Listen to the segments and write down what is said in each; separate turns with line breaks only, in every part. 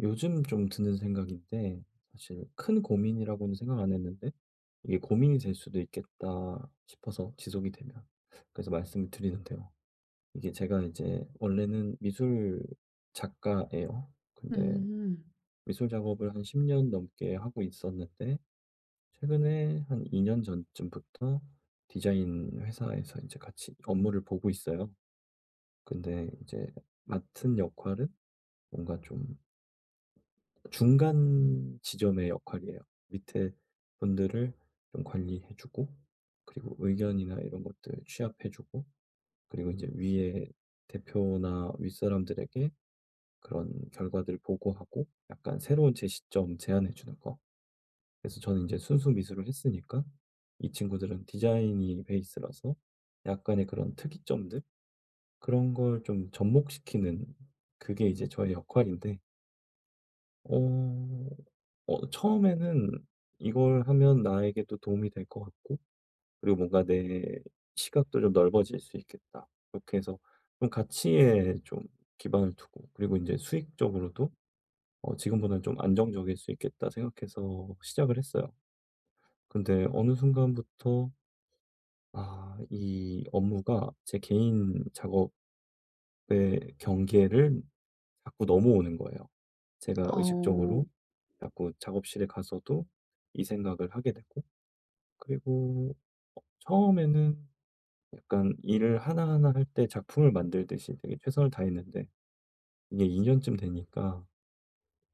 요즘 좀 드는 생각인데, 사실 큰 고민이라고는 생각 안 했는데 이게 고민이 될 수도 있겠다 싶어서, 지속이 되면. 그래서 말씀을 드리는데요. 이게 제가 이제 원래는 미술 작가예요. 근데
음.
미술 작업을 한 10년 넘게 하고 있었는데, 최근에 한 2년 전쯤부터 디자인 회사에서 이제 같이 업무를 보고 있어요. 근데 이제 맡은 역할은 뭔가 좀 중간 지점의 역할이에요. 밑에 분들을 좀 관리해 주고, 그리고 의견이나 이런 것들 취합해 주고, 그리고 이제 위에 대표나 윗사람들에게 그런 결과들을 보고하고, 약간 새로운 제시점 제안해 주는 거. 그래서 저는 이제 순수 미술을 했으니까, 이 친구들은 디자인이 베이스라서 약간의 그런 특이점들, 그런 걸 좀 접목시키는, 그게 이제 저의 역할인데, 어 처음에는 이걸 하면 나에게 도 도움이 될 것 같고, 그리고 뭔가 내 시각도 좀 넓어질 수 있겠다. 그렇게 해서 좀 가치에 좀 기반을 두고, 그리고 이제 수익적으로도 '지금보다는 좀 안정적일 수 있겠다.' 생각해서 시작을 했어요. 근데 어느 순간부터 아 이 업무가 제 개인 작업 의 경계를 자꾸 넘어오는 거예요. 제가
어.
의식적으로 자꾸 작업실에 가서도 이 생각을 하게 되고, 그리고 처음에는 약간 일을 하나하나 할 때 작품을 만들듯이 되게 최선을 다했는데, 이게 2 년쯤 되니까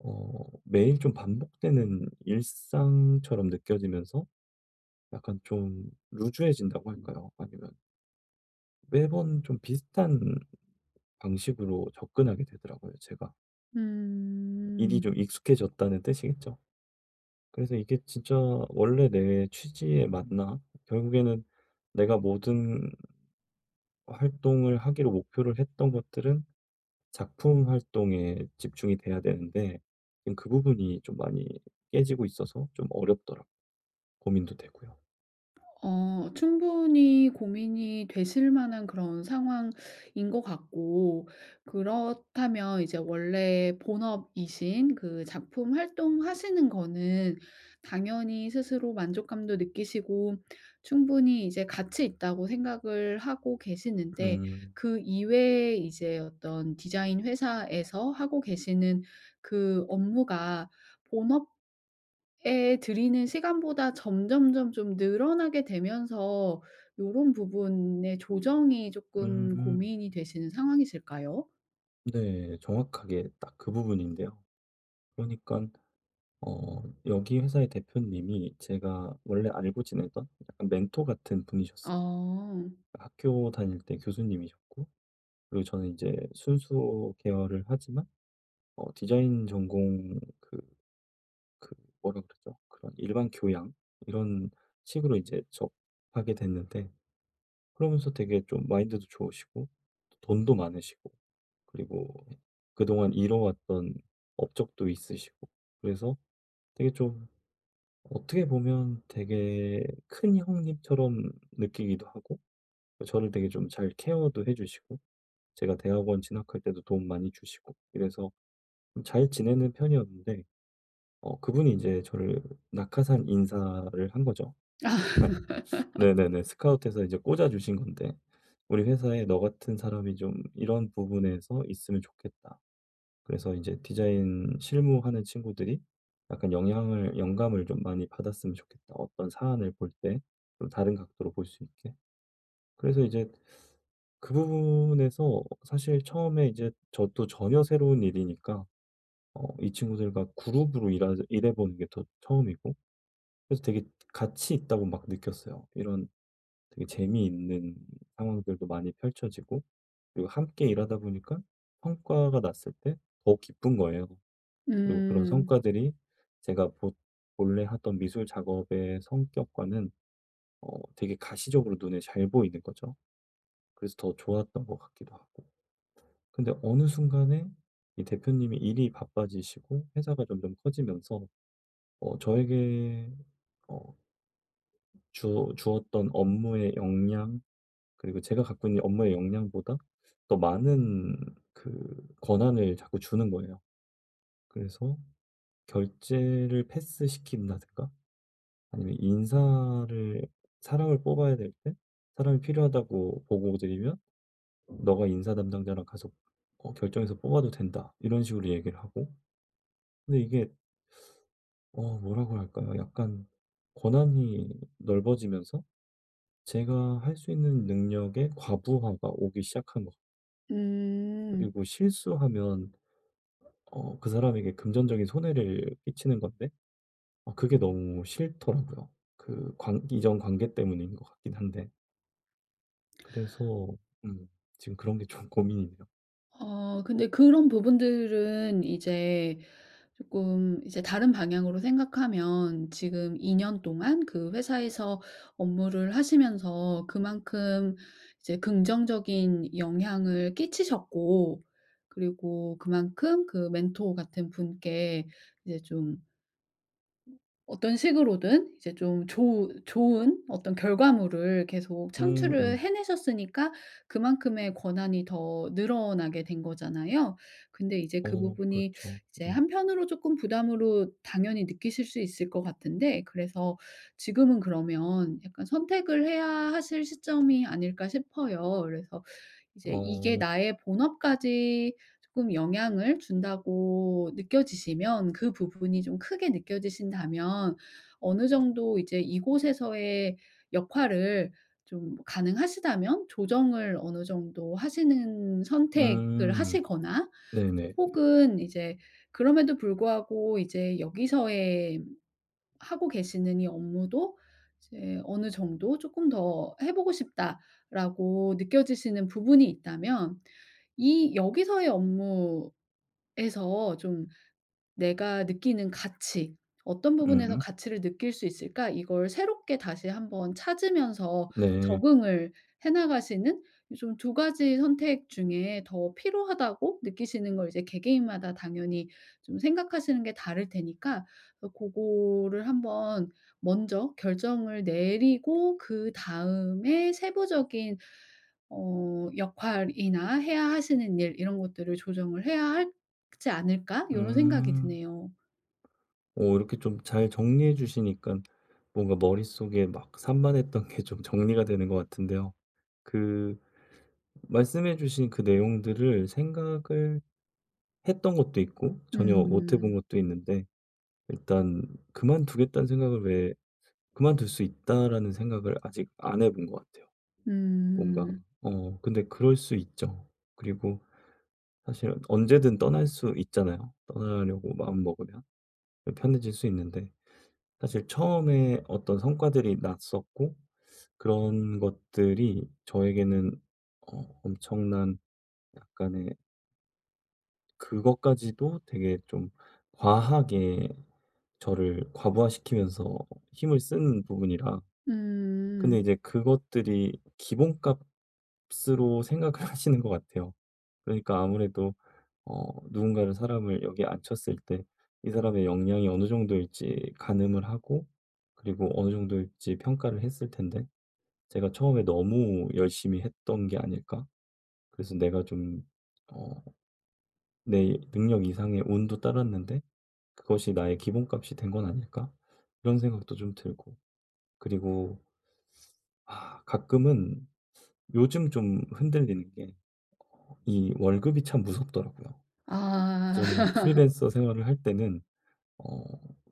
매일 좀 반복되는 일상처럼 느껴지면서 약간 좀 루즈해진다고 할까요? 아니면 매번 좀 비슷한 방식으로 접근하게 되더라고요, 제가. 일이
음.
좀 익숙해졌다는 뜻이겠죠. 그래서 이게 진짜 원래 내 취지에 맞나? 결국에는 내가 모든 활동을 하기로 목표를 했던 것들은 작품 활동에 집중이 돼야 되는데, 지금 그 부분이 좀 많이 깨지고 있어서 좀 어렵더라고, 고민도 되고요.
어, 충분히 고민이 되실 만한 그런 상황인 것 같고, 그렇다면 이제 원래 본업이신 그 작품 활동하시는 거는 당연히 스스로 만족감도 느끼시고 충분히 이제 가치 있다고 생각을 하고 계시는데,
음.
그 이외에 이제 어떤 디자인 회사에서 하고 계시는 그 업무가 본업 에 들이는 시간보다 점점점 좀 늘어나게 되면서 요런 부분의 조정이 쪼끔
음.
고민이 되시는 상황이실까요?
네. 정확하게 딱 그 부분인데요. 그러니까 여기 회사의 대표님이 제가 원래 알고 지내던 약간 멘토 같은 분이셨어요.
아.
학교 다닐 때 교수님이셨고, 그리고 저는 이제 순수 계열을 하지만, 디자인 전공, 그 뭐라 그러죠? 그런 일반 교양 이런 식으로 이제 접하게 됐는데, 그러면서 되게 좀 마인드도 좋으시고, 돈도 많으시고, 그리고 그동안 이뤄왔던 업적도 있으시고. 그래서 되게 좀 어떻게 보면 되게 큰 형님처럼 느끼기도 하고, 저를 되게 좀 잘 케어도 해 주시고, 제가 대학원 진학할 때도 도움 많이 주시고, 이래서 좀잘 지내는 편이었는데, 그분이 이제 저를 낙하산 인사를 한 거죠.
아.
약간 네네네. 스카우트해서 이제 꽂아 주신 건데, "우리 회사에 너 같은 사람이 좀 이런 부분에서 있으면 좋겠다." 그래서 이제 디자인 실무하는 친구들이 약간 영향을 영감을 좀 많이 받았으면 좋겠다. 어떤 사안을 볼 때 좀 다른 각도로 볼 수 있게. 그래서 이제 그 부분에서 사실 처음에 이제 저도 전혀 새로운 일이니까, 이 친구들과 그룹으로 일하 일해 보는 게 더 처음이고, 그래서 되게 같이 있다고 막 느꼈어요. 이런 되게 재미있는 상황들도 많이 펼쳐지고, 그리고 함께 일하다 보니까 성과가 났을 때 더 기쁜 거예요. 그리고 그런
음.
성과들이 제가 보 본래 하던 미술 작업의 성격과는 되게 가시적으로 눈에 잘 보이는 거죠. 그래서 더 좋았던 것 같기도 하고. 근데 어느 순간에 이 대표님이 일이 바빠지시고 회사가 점점 커지면서 저에게 어 주 주었던 업무의 역량, 그리고 제가 갖고 있는 업무의 역량보다 더 많은 그 권한을 자꾸 주는 거예요. 그래서 결제를 패스시킨다든가, 아니면 인사를, 사람을 뽑아야 될 때 사람이 필요하다고 보고 드리면 "너가 인사 담당자랑 가서 결정해서 뽑아도 된다." 이런 식으로 얘기를 하고. 근데 이게 뭐라고 할까요? 약간 권한이 넓어지면서 제가 할 수 있는 능력의 과부하가 오기 시작한 것 같아요.
음.
그리고 실수하면 그 사람에게 금전적인 손해를 끼치는 건데, 그게 너무 싫더라고요. 그 관 이전 관계 때문인 것 같긴 한데. 그래서 음 지금 그런 게 좀 고민이네요.
어 근데 그런 부분들은 이제 조금 이제 다른 방향으로 생각하면 지금 2년 동안 그 회사에서 업무를 하시면서 그만큼 이제 긍정적인 영향을 끼치셨고, 그리고 그만큼 그 멘토 같은 분께 이제 좀 어떤 식으로든 이제 좀 좋 좋은 어떤 결과물을 계속 창출을
음음.
해내셨으니까 그만큼의 권한이 더 늘어나게 된 거잖아요. 근데 이제 그
어,
부분이
그렇죠.
이제
음.
한편으로 쪼끔 부담으로 당연히 느끼실 수 있을 것 같은데, 그래서 지금은 그러면 약간 선택을 해야 하실 시점이 아닐까 싶어요. 그래서 이제 이게
어.
나의 본업까지 조금 영향을 준다고 느껴지시면, 그 부분이 좀 크게 느껴지신다면 어느 정도 이제 이곳에서의 역할을 좀 가능하시다면 조정을 어느 정도 하시는 선택을
음.
하시거나,
네네.
혹은 이제 그럼에도 불구하고 이제 여기서의 하고 계시는 이 업무도 이제 어느 정도 조금 더 해 보고 싶다.'라고 느껴지시는 부분이 있다면 이 여기서의 업무에서 좀 내가 느끼는 가치, 어떤 부분에서
음.
가치를 느낄 수 있을까? 이걸 새롭게 다시 한번 찾으면서
네.
적응을 해 나가시는, 좀 두 가지 선택 중에 더 필요하다고 느끼시는 걸 이제 개개인마다 당연히 좀 생각하시는 게 다를 테니까 그 고거를 한번 먼저 결정을 내리고 그다음에 세부적인 어 역할이나 해야 하시는 일 이런 것들을 조정을 해야 할, 그렇지 않을까?' 요런 생각이
음.
드네요.
이렇게 좀 잘 정리해 주시니까 뭔가 머릿속에 막 산만했던 게 좀 정리가 되는 것 같은데요. 그 말씀해 주신 그 내용들을 생각을 했던 것도 있고, 전혀 못 해본
음.
것도 있는데, 일단 '그만두겠다는 생각을 왜 그만둘 수 있다.'라는 생각을 아직 안 해본 것 같아요. 뭔가,
음.
근데 그럴 수 있죠. 그리고 사실 언제든 떠날 수 있잖아요. 떠나려고 마음먹으면 편해질 수 있는데, 사실 처음에 어떤 성과들이 났었고, 그런 것들이 저에게는 엄청난 약간의, 그것까지도 되게 좀 과하게 저를 과부하시키면서 힘을 쓴 부분이라,
음.
근데
음.
이제 그것들이 기본값으로 생각을 하시는 것 같아요. 그러니까 아무래도 어 누군가를 사람을 여기 앉혔을 때 이 사람의 역량이 어느 정도일지 가늠을 하고, 그리고 어느 정도일지 평가를 했을 텐데, 제가 처음에 너무 열심히 했던 게 아닐까? 그래서 내가 좀, 어 내 능력 이상의 운도 따랐는데 그것이 나의 기본값이 된 건 아닐까? 이런 생각도 좀 들고. 그리고 가끔은 요즘 좀 흔들리는 게, 이 월급이 참 무섭더라고요. 이
아.
전에 프리랜서 생활을 할 때는 어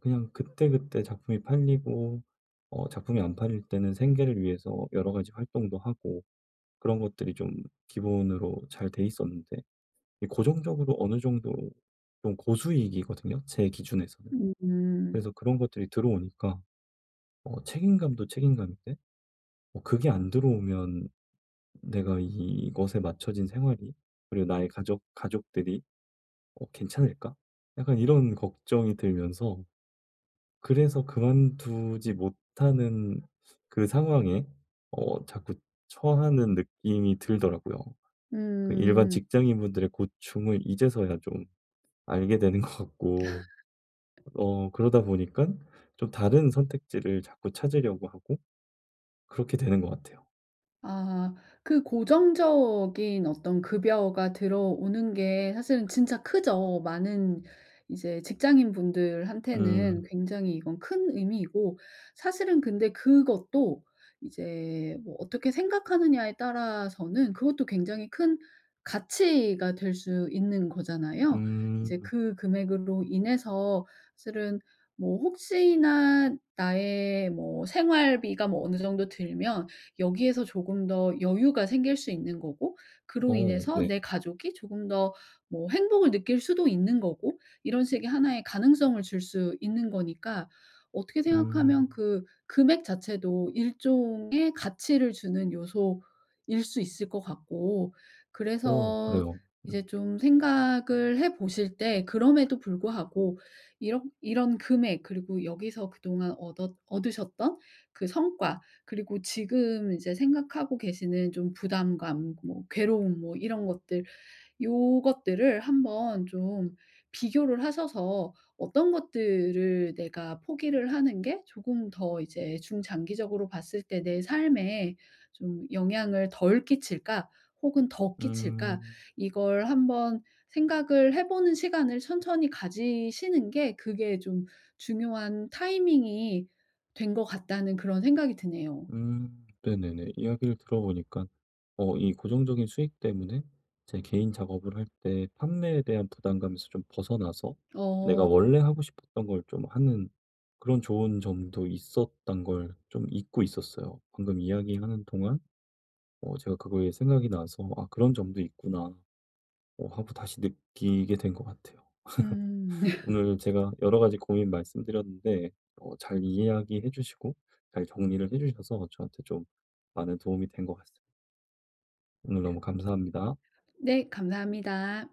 그냥 그때그때 작품이 팔리고, 작품이 안 팔릴 때는 생계를 위해서 여러 가지 활동도 하고, 그런 것들이 좀 기본으로 잘 돼 있었는데, 이 고정적으로 어느 정도 좀 고수익이거든요, 제 기준에서는.
음.
그래서 그런 것들이 들어오니까 책임감도 책임감인데, 그게 안 들어오면 내가 이것에 맞춰진 생활이, 그리고 나의 가족들이 '괜찮을까?' 약간 이런 걱정이 들면서, 그래서 그만두지 못하는 그 상황에 자꾸 처하는 느낌이 들더라고요. 그 일반
음.
직장인분들의 고충을 이제서야 좀 알게 되는 것 같고, 그러다 보니까 좀 다른 선택지를 자꾸 찾으려고 하고 그렇게 되는 것 같아요.
아, 그 고정적인 어떤 급여가 들어오는 게 사실은 진짜 크죠. 많은 이제 직장인분들한테는
음.
굉장히 이건 큰 의미이고, 사실은 근데 그것도 이제 뭐 어떻게 생각하느냐에 따라서는 그것도 굉장히 큰 가치가 될 수 있는 거잖아요. 이제
음.
그 금액으로 인해서 사실은 뭐 혹시나 나의 뭐 생활비가 뭐 어느 정도 들면 여기에서 조금 더 여유가 생길 수 있는 거고, 그로
어,
인해서
네.
내 가족이 조금 더 뭐 행복을 느낄 수도 있는 거고, 이런 식의 하나의 가능성을 줄 수 있는 거니까. 어떻게
음.
생각하면 그 금액 자체도 일종의 가치를 주는 요소일 수 있을 것 같고,
어,
그래서
그래요. 음.
이제 좀 생각을 해 보실 때 그럼에도 불구하고 이런 이런 금액, 그리고 여기서 그동안 얻어 얻으셨던 그 성과, 그리고 지금 이제 생각하고 계시는 좀 부담감 뭐 괴로움 뭐 이런 것들, 요것들을 한번 좀 비교를 하셔서 어떤 것들을 내가 포기를 하는 게 조금 더 이제 중장기적으로 봤을 때 내 삶에 좀 영향을 덜 끼칠까 혹은 더 끼칠까,
음.
이걸 한번 생각을 해 보는 시간을 천천히 가지시는 게 그게 좀 중요한 타이밍이 된 것 같다는 그런 생각이 드네요.
음. 네네네. 이야기를 들어보니까 이 고정적인 수익 때문에 제 개인 작업을 할 때 판매에 대한 부담감에서 좀 벗어나서 내가
어.
원래 하고 싶었던 걸 좀 하는, 그런 좋은 점도 있었단 걸 좀 잊고 있었어요. 방금 이야기하는 동안 제가 그거에 생각이 나서 '아 그런 점도 있구나.' 하고 다시 느끼게 된 것 같아요.
음.
오늘 제가 여러 가지 고민 말씀드렸는데 잘 이야기해 주시고, 잘 정리를 해 주셔서 저한테 좀 많은 도움이 된 것 같습니다. 오늘 너무 감사합니다.
네, 감사합니다.